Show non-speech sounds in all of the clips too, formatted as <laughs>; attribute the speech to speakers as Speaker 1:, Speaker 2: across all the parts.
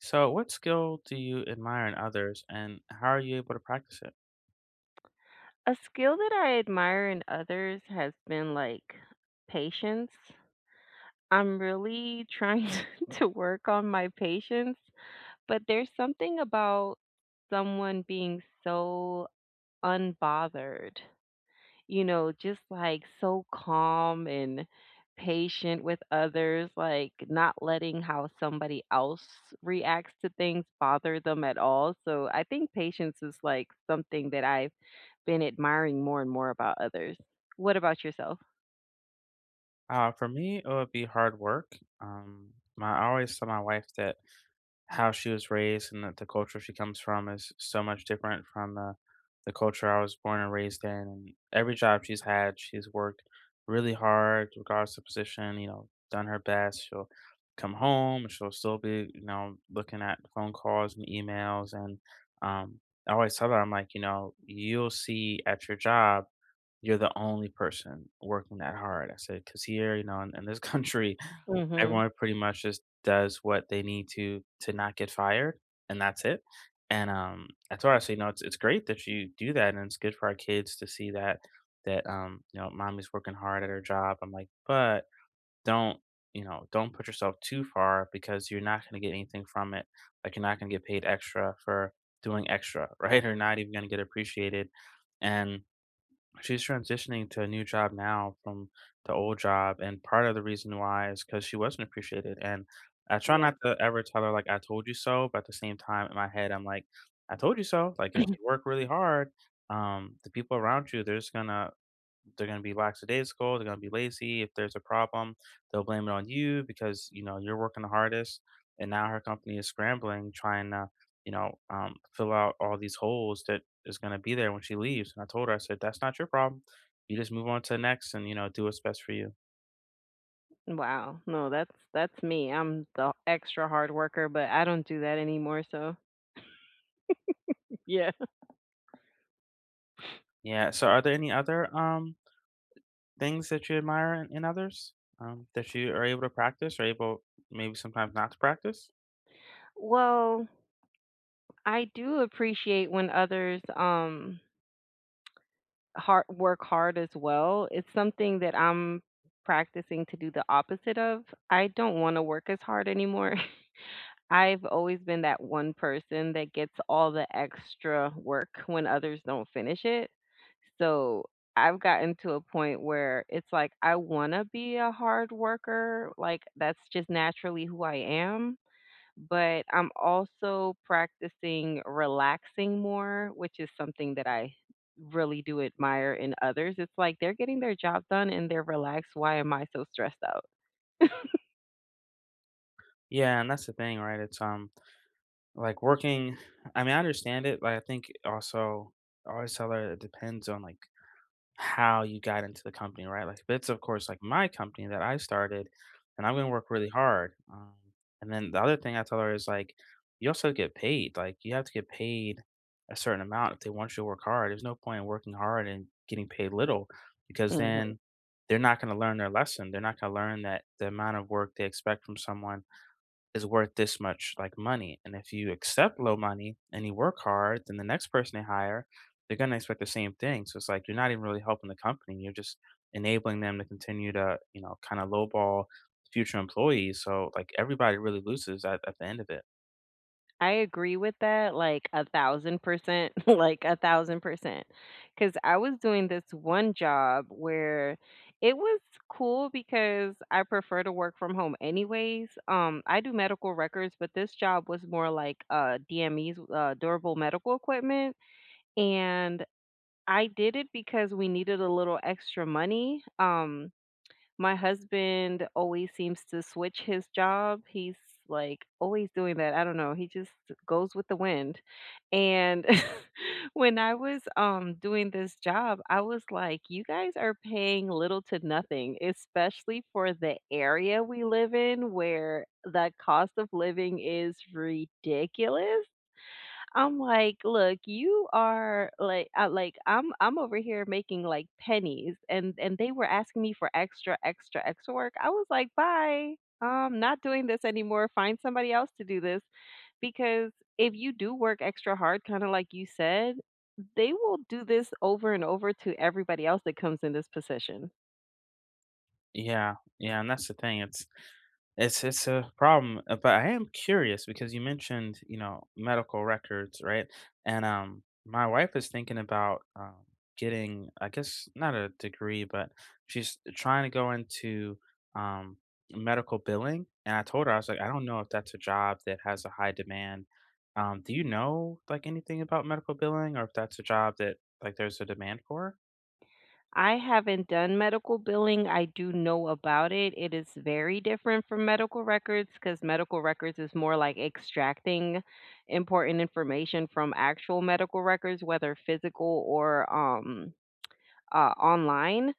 Speaker 1: So, what skill do you admire in others, and how are you able to practice it?
Speaker 2: A skill that I admire in others has been like patience. I'm really trying <laughs> to work on my patience, but there's something about someone being so unbothered, just like so calm and patient with others, like not letting how somebody else reacts to things bother them at all. So I think patience is like something that I been admiring more and more about others. What about yourself?
Speaker 1: For me, it would be hard work. I always tell my wife that how she was raised and that the culture she comes from is so much different from the culture I was born and raised in. And every job she's had, she's worked really hard, regardless of position, you know, done her best. She'll come home and she'll still be looking at phone calls and emails. And um, I always tell her, I'm like, you'll see at your job you're the only person working that hard. I said, because here, you know, in this country, <laughs>
Speaker 2: Mhm.
Speaker 1: everyone pretty much just does what they need to not get fired, and that's it. And I told her, I said, you know, it's great that you do that, and it's good for our kids to see that mommy's working hard at her job. I'm like, but don't don't put yourself too far because you're not going to get anything from it. Like, you're not going to get paid extra for doing extra, <laughs> right? Or not even going to get appreciated. And she's transitioning to a new job now from the old job, and part of the reason why is because she wasn't appreciated. And I try
Speaker 2: Yeah.
Speaker 1: not to ever tell her, like, "I told you so," but at the same time in my head I'm like, "I told you so." Like, if you work really hard, the people around you, they're just gonna they're going to be lackadaisical. They're going to be lazy. If there's a problem, they'll blame it on you because you know you're working the hardest, and now her company is scrambling trying to fill out all these holes that is going to be there when she leaves. And I told her, I said, that's not your problem. You just move on to the next, and you know, do what's best for you.
Speaker 2: Wow. No, that's me. I'm the extra hard worker, but I don't do that anymore, so <laughs> yeah.
Speaker 1: Yeah. So are there any other things that you admire in others, that you are able to practice or able maybe sometimes not to practice?
Speaker 2: Well, I do appreciate when others hard work hard as well. It's something that I'm practicing to do the opposite of. I don't want to work as hard anymore. I've always been that one person that gets all the extra work when others don't finish it. So I've gotten to a point where it's like I want to be a hard worker, like that's just naturally who I am. But I'm also practicing relaxing more, which is something that I really do admire in others. It's like they're getting their job done and they're relaxed. Why am I so stressed out?
Speaker 1: Yeah, and that's the thing, right? It's Like, working, I mean, I understand it, but I think also I always tell her it depends on, like, how you got into the company, right? Like, if it's, of course, like, my company that I started, and I'm gonna work really hard, and then the other thing I tell her is, like, you have to get paid a certain amount if they want you to work hard. There's no point in working hard and getting paid little, because
Speaker 2: Mm.
Speaker 1: then they're not gonna learn their lesson. They're not gonna learn that the amount of work they expect from someone is worth this much, like, money. And if you accept low money and you work hard, then the next person they hire, they're gonna expect the same thing. So it's like you're not even really helping the company. You're just enabling them to continue to, you know, kind of lowball future employees. So, like, everybody really loses at the end of it.
Speaker 2: I agree with that, like, 1,000%, <laughs> like, 1,000%, because I was doing this one job where it was cool because I prefer to work from home anyways, I do medical records, but this job was more like, DMEs, durable medical equipment, and I did it because we needed a little extra money, my husband always seems to switch his job. He's like always doing that. I don't know. He just goes with the wind. And <laughs> when I was doing this job, I was like, you guys are paying little to nothing, especially for the area we live in where the cost of living is ridiculous. I'm like, "Look, you are like I like, I'm over here making, like, pennies," and they were asking me for extra, extra, extra work. I was like, "Bye. Not doing this anymore. Find somebody else to do this," because if you do work extra hard, kinda like you said, they will do this over and over to everybody else that comes in this position.
Speaker 1: Yeah. Yeah. And that's the thing. It's a problem, but I am curious because you mentioned, you know, medical records, right? And my wife is thinking about getting, I guess, not a degree, but she's trying to go into, um, medical billing. And I told her, I was like, I don't know if that's a job that has a high demand. Do you know, like, anything about medical billing, or if that's a job that, like, there's a demand for?
Speaker 2: I haven't done medical billing. I do know about it. It is very different from medical records because medical records is more like extracting important information from actual medical records, whether physical or, online.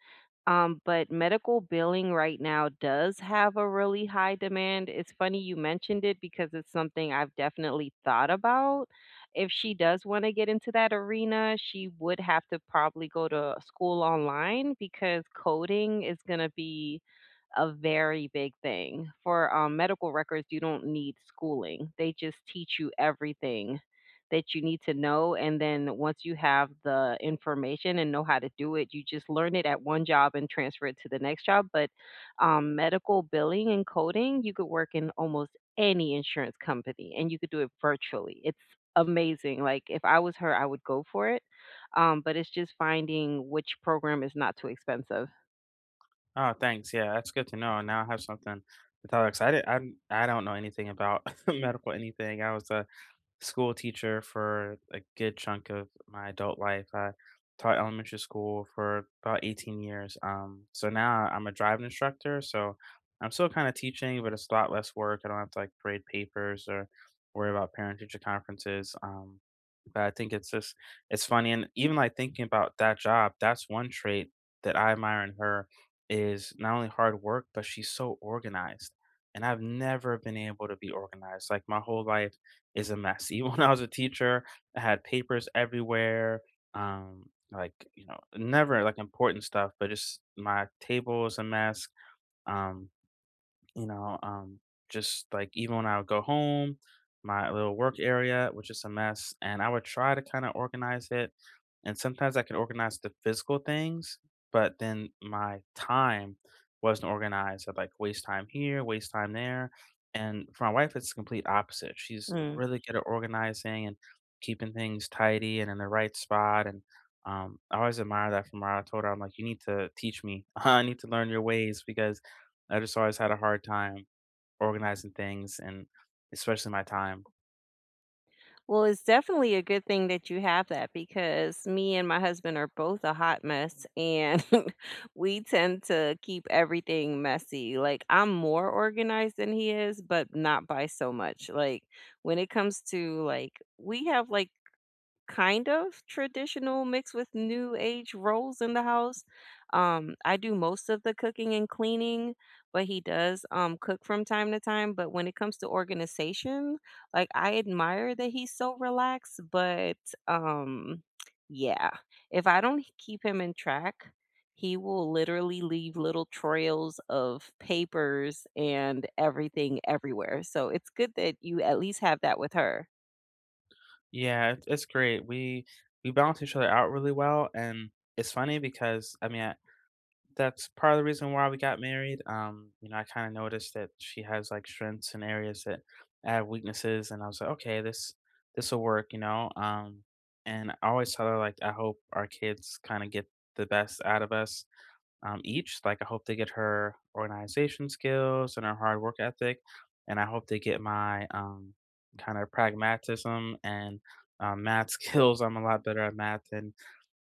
Speaker 2: But medical billing right now does have a really high demand. It's funny you mentioned it because it's something I've definitely thought about. If she does want to get into that arena, she would have to probably go to school online because coding is going to be a very big thing. For, medical records, you don't need schooling. They just teach you everything that you need to know, and then once you have the information and know how to do it, you just learn it at one job and transfer it to the next job, but, medical billing and coding, you could work in almost any insurance company, and you could do it virtually. It's amazing, like, if I was her, I would go for it, but it's just finding which program is not too expensive.
Speaker 1: Oh, thanks. Yeah, that's good to know. Now I have something to tell, 'cause I didn't I don't know anything about <laughs> medical anything. I was, school teacher for a good chunk of my adult life. I taught elementary school for about 18 years. So now I'm a driving instructor. So I'm still kind of teaching, but it's a lot less work. I don't have to, like, grade papers or worry about parent teacher conferences. But I think it's just it's funny, and even, like, thinking about that job, that's one trait that I admire in her is not only hard work, but she's so organized. And I've never been able to be organized. Like, my whole life is a mess. <laughs> Even when I was a teacher, I had papers everywhere. Um, like, you know, never, like, important stuff, but just my table was a mess. Um, you know, um, just, like, even when I would go home, my little work area was just a mess, and I would try to kind of organize it. And sometimes I could organize the physical things, but then my time wasn't organized. I'd, like, waste time here, waste time there. And for my wife, it's the complete opposite. She's
Speaker 2: Mm.
Speaker 1: really good at organizing and keeping things tidy and in the right spot. And I always admire that from her. I told her, I'm like, you need to teach me. <laughs> I need to learn your ways because I just always had a hard time organizing things and especially my time.
Speaker 2: Well, it's definitely a good thing that you have that because me and my husband are both a hot mess, and <laughs> we tend to keep everything messy. Like, I'm more organized than he is, but not by so much. Like, when it comes to like, we have like kind of traditional mixed with new age roles in the house. I do most of the cooking and cleaning, but he does cook from time to time. But when it comes to organization, like I admire that he's so relaxed, but um yeah, if I don't keep him in track, he will literally leave little trails of papers and everything everywhere. So it's good that you at least have that with her.
Speaker 1: Yeah, it's great. We balance each other out really well, and it's funny because I mean, that's part of the reason why we got married. I kind of noticed that she has, like, strengths and areas that I have weaknesses, and I was like, okay, this will work, you know. And I always tell her, like, I hope our kids kind of get the best out of us, each. Like, I hope they get her organization skills and her hard work ethic, and I hope they get my, kind of pragmatism and, math <laughs> skills. I'm a lot better at math than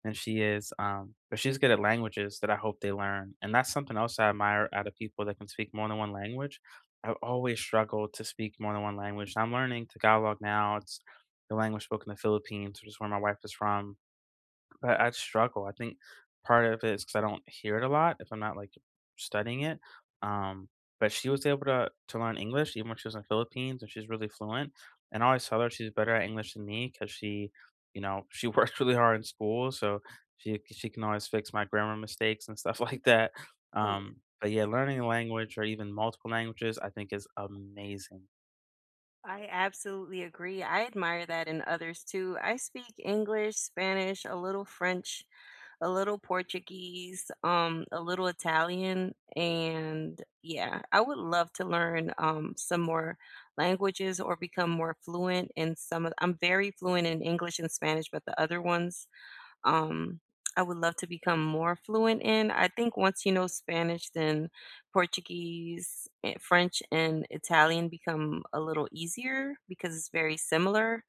Speaker 1: than she is, but she's good at languages that I hope they learn, and that's something else I admire out of people that can speak more than one language. I've always struggled to speak more than one language. I'm learning Tagalog now. It's the language spoken in the Philippines, which is where my wife is from. But I struggle. I think part of it is because I don't hear it a lot if I'm not, like, studying it, um, but she was able to learn English even when she was in the Philippines, and she's really fluent, and I always tell her she's better at English than me because she <laughs> worked really hard in school, so she can always fix my grammar mistakes and stuff <laughs> like that,
Speaker 2: Oh yeah.
Speaker 1: but yeah, learning a language or even multiple languages, I think, is amazing.
Speaker 2: I absolutely agree. I admire that in others too. I speak English, Spanish, a little French, a little Portuguese, a little Italian, and yeah, I would love to learn some more languages or become more fluent in some of I'm very fluent in English and Spanish, but the other ones um, I would love to become more fluent in. I think once you know Spanish, then Portuguese, eh, French, and Italian become a little easier because it's very similar.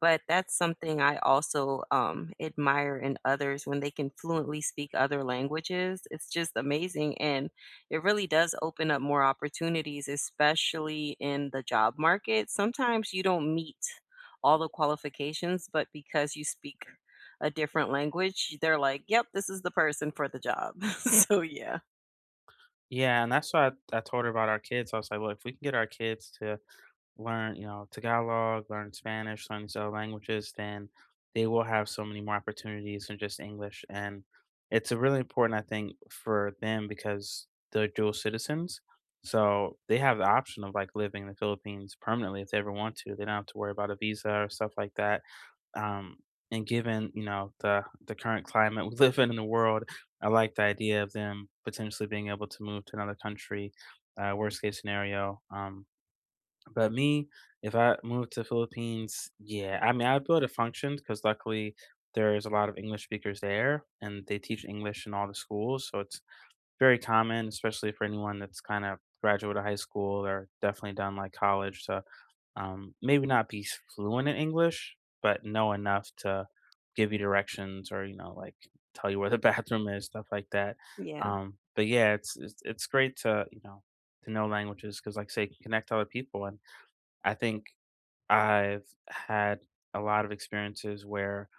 Speaker 2: But that's something I also, admire in others when they can fluently speak other languages. It's just amazing, and it really does open up more opportunities, especially in the job market. Sometimes you don't meet all the qualifications, but because you speak a different language, they're like, "Yep, this is the person for the job." <laughs> So yeah.
Speaker 1: Yeah, and that's why I told her about our kids. I was like, "Look, if we can get our kids to learn, you know, Tagalog, learn Spanish, learn these other languages, then they will have so many more opportunities than just English." And it's a really important, I think, for them because they're dual citizens. So they have the option of, like, living in the Philippines permanently if they ever want to. They don't have to worry about a visa or stuff like that. Um, and given, the current climate we <laughs> live in the world, I like the idea of them potentially being able to move to another country. Worst case scenario, but me, if I moved to Philippines, yeah, I mean, I'd be able to function because, luckily, there's a lot of English speakers there, and they teach English in all the schools, so it's very common, especially for anyone that's kind of graduate of high school, or definitely done like college, to maybe not be fluent in English, but know enough to give you directions or, you know, like tell you where the <laughs> bathroom is, stuff like that.
Speaker 2: Yeah.
Speaker 1: But yeah, it's, it's great to, to know languages because, like I say, you can connect to other people. I think I've had a lot of experiences where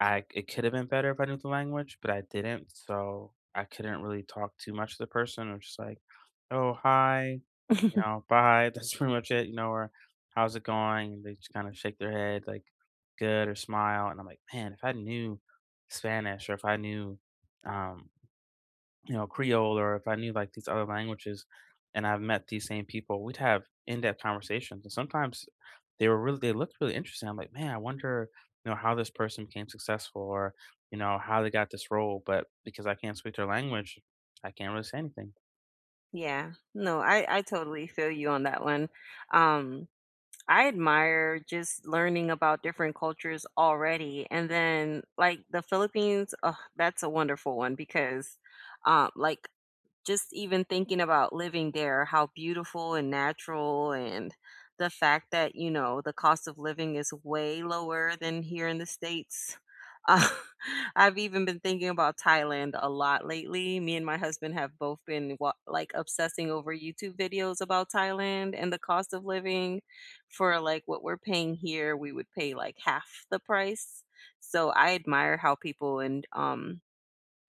Speaker 1: I it could have been better if I knew the language, but I didn't, so I couldn't really talk too much to the person. I was just like, "Oh, hi," you
Speaker 2: <laughs>
Speaker 1: know, "Bye." <laughs> That's pretty much it, you know, or "How's it going?" And they just kind of shake their head like, good, or smile, and I'm like, "Man, if I knew Spanish, or if I knew, um Creole, or if I knew, like, these other languages, and I've met these same people, we'd have in-depth conversations." And sometimes they were really, they looked really interesting. I'm like, man, I wonder, you know, how this person became successful, or, you know, how they got this role. But because I can't speak their language, I can't really say anything.
Speaker 2: Yeah. No, I totally feel you on that one. Um, I admire just learning about different cultures already. And then like the Philippines, oh, that's a wonderful one because like just even thinking about living there, how beautiful and natural and the fact that, you know, the cost of living is way lower than here in the States. Uh, <laughs> I've even been thinking about Thailand a lot lately. Me and my husband have both been like obsessing over YouTube videos about Thailand and the cost of living for like what we're paying here, we would pay like half the price. So I admire how people in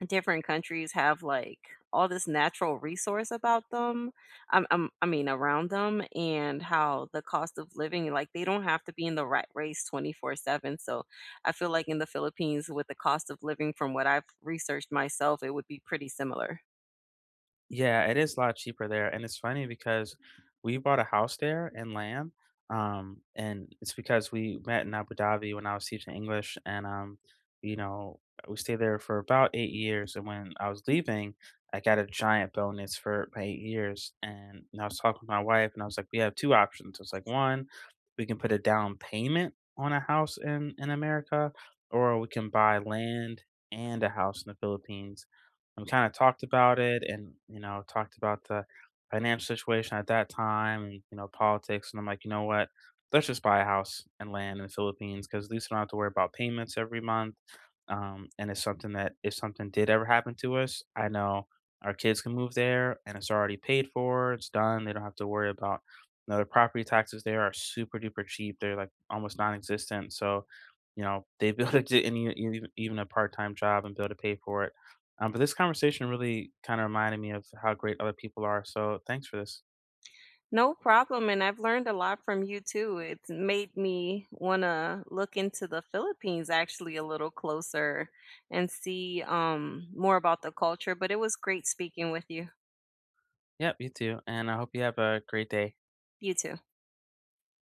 Speaker 2: different countries have like all this natural resource about them I mean around them and how the cost of living like they don't have to be in the rat race 24/7, so I feel like in the philippines with the cost of living from what I've researched myself it would be pretty similar.
Speaker 1: Yeah, it is a lot cheaper there, and it's funny because we bought a house there in Lamb, and it's because we met in Abu Dhabi when I was teaching English, and you know, we stayed there for about 8 years, and when I was leaving, I got a giant bonus for my 8 years, and I was talking to my wife, and I was like, we have two options. It's like, one, we can put a down payment on a house in America, or we can buy land and a house in the Philippines. We kinda talked about it and, you know, talked about the financial situation at that time, and, politics, and I'm like, "You know what? Let's just buy a house and land in the Philippines, 'cause at least I don't have to worry about payments every month." And it's something that if something did ever happen to us, I know our kids can move there, and it's already paid for, it's done. They don't have to worry about, the property taxes there are super duper cheap, they're, like, almost non-existent, so, you know, they'd be able to get even <laughs> even a part-time job and be able to pay for it. But this conversation really kind of reminded me of how great other people are. So thanks for this.
Speaker 2: No problem, and I've learned a lot from you too. It's made me wanna look into the Philippines actually a little closer and see more about the culture, but it was great speaking with you.
Speaker 1: Yep, you too. And I hope you have a great day.
Speaker 2: You too.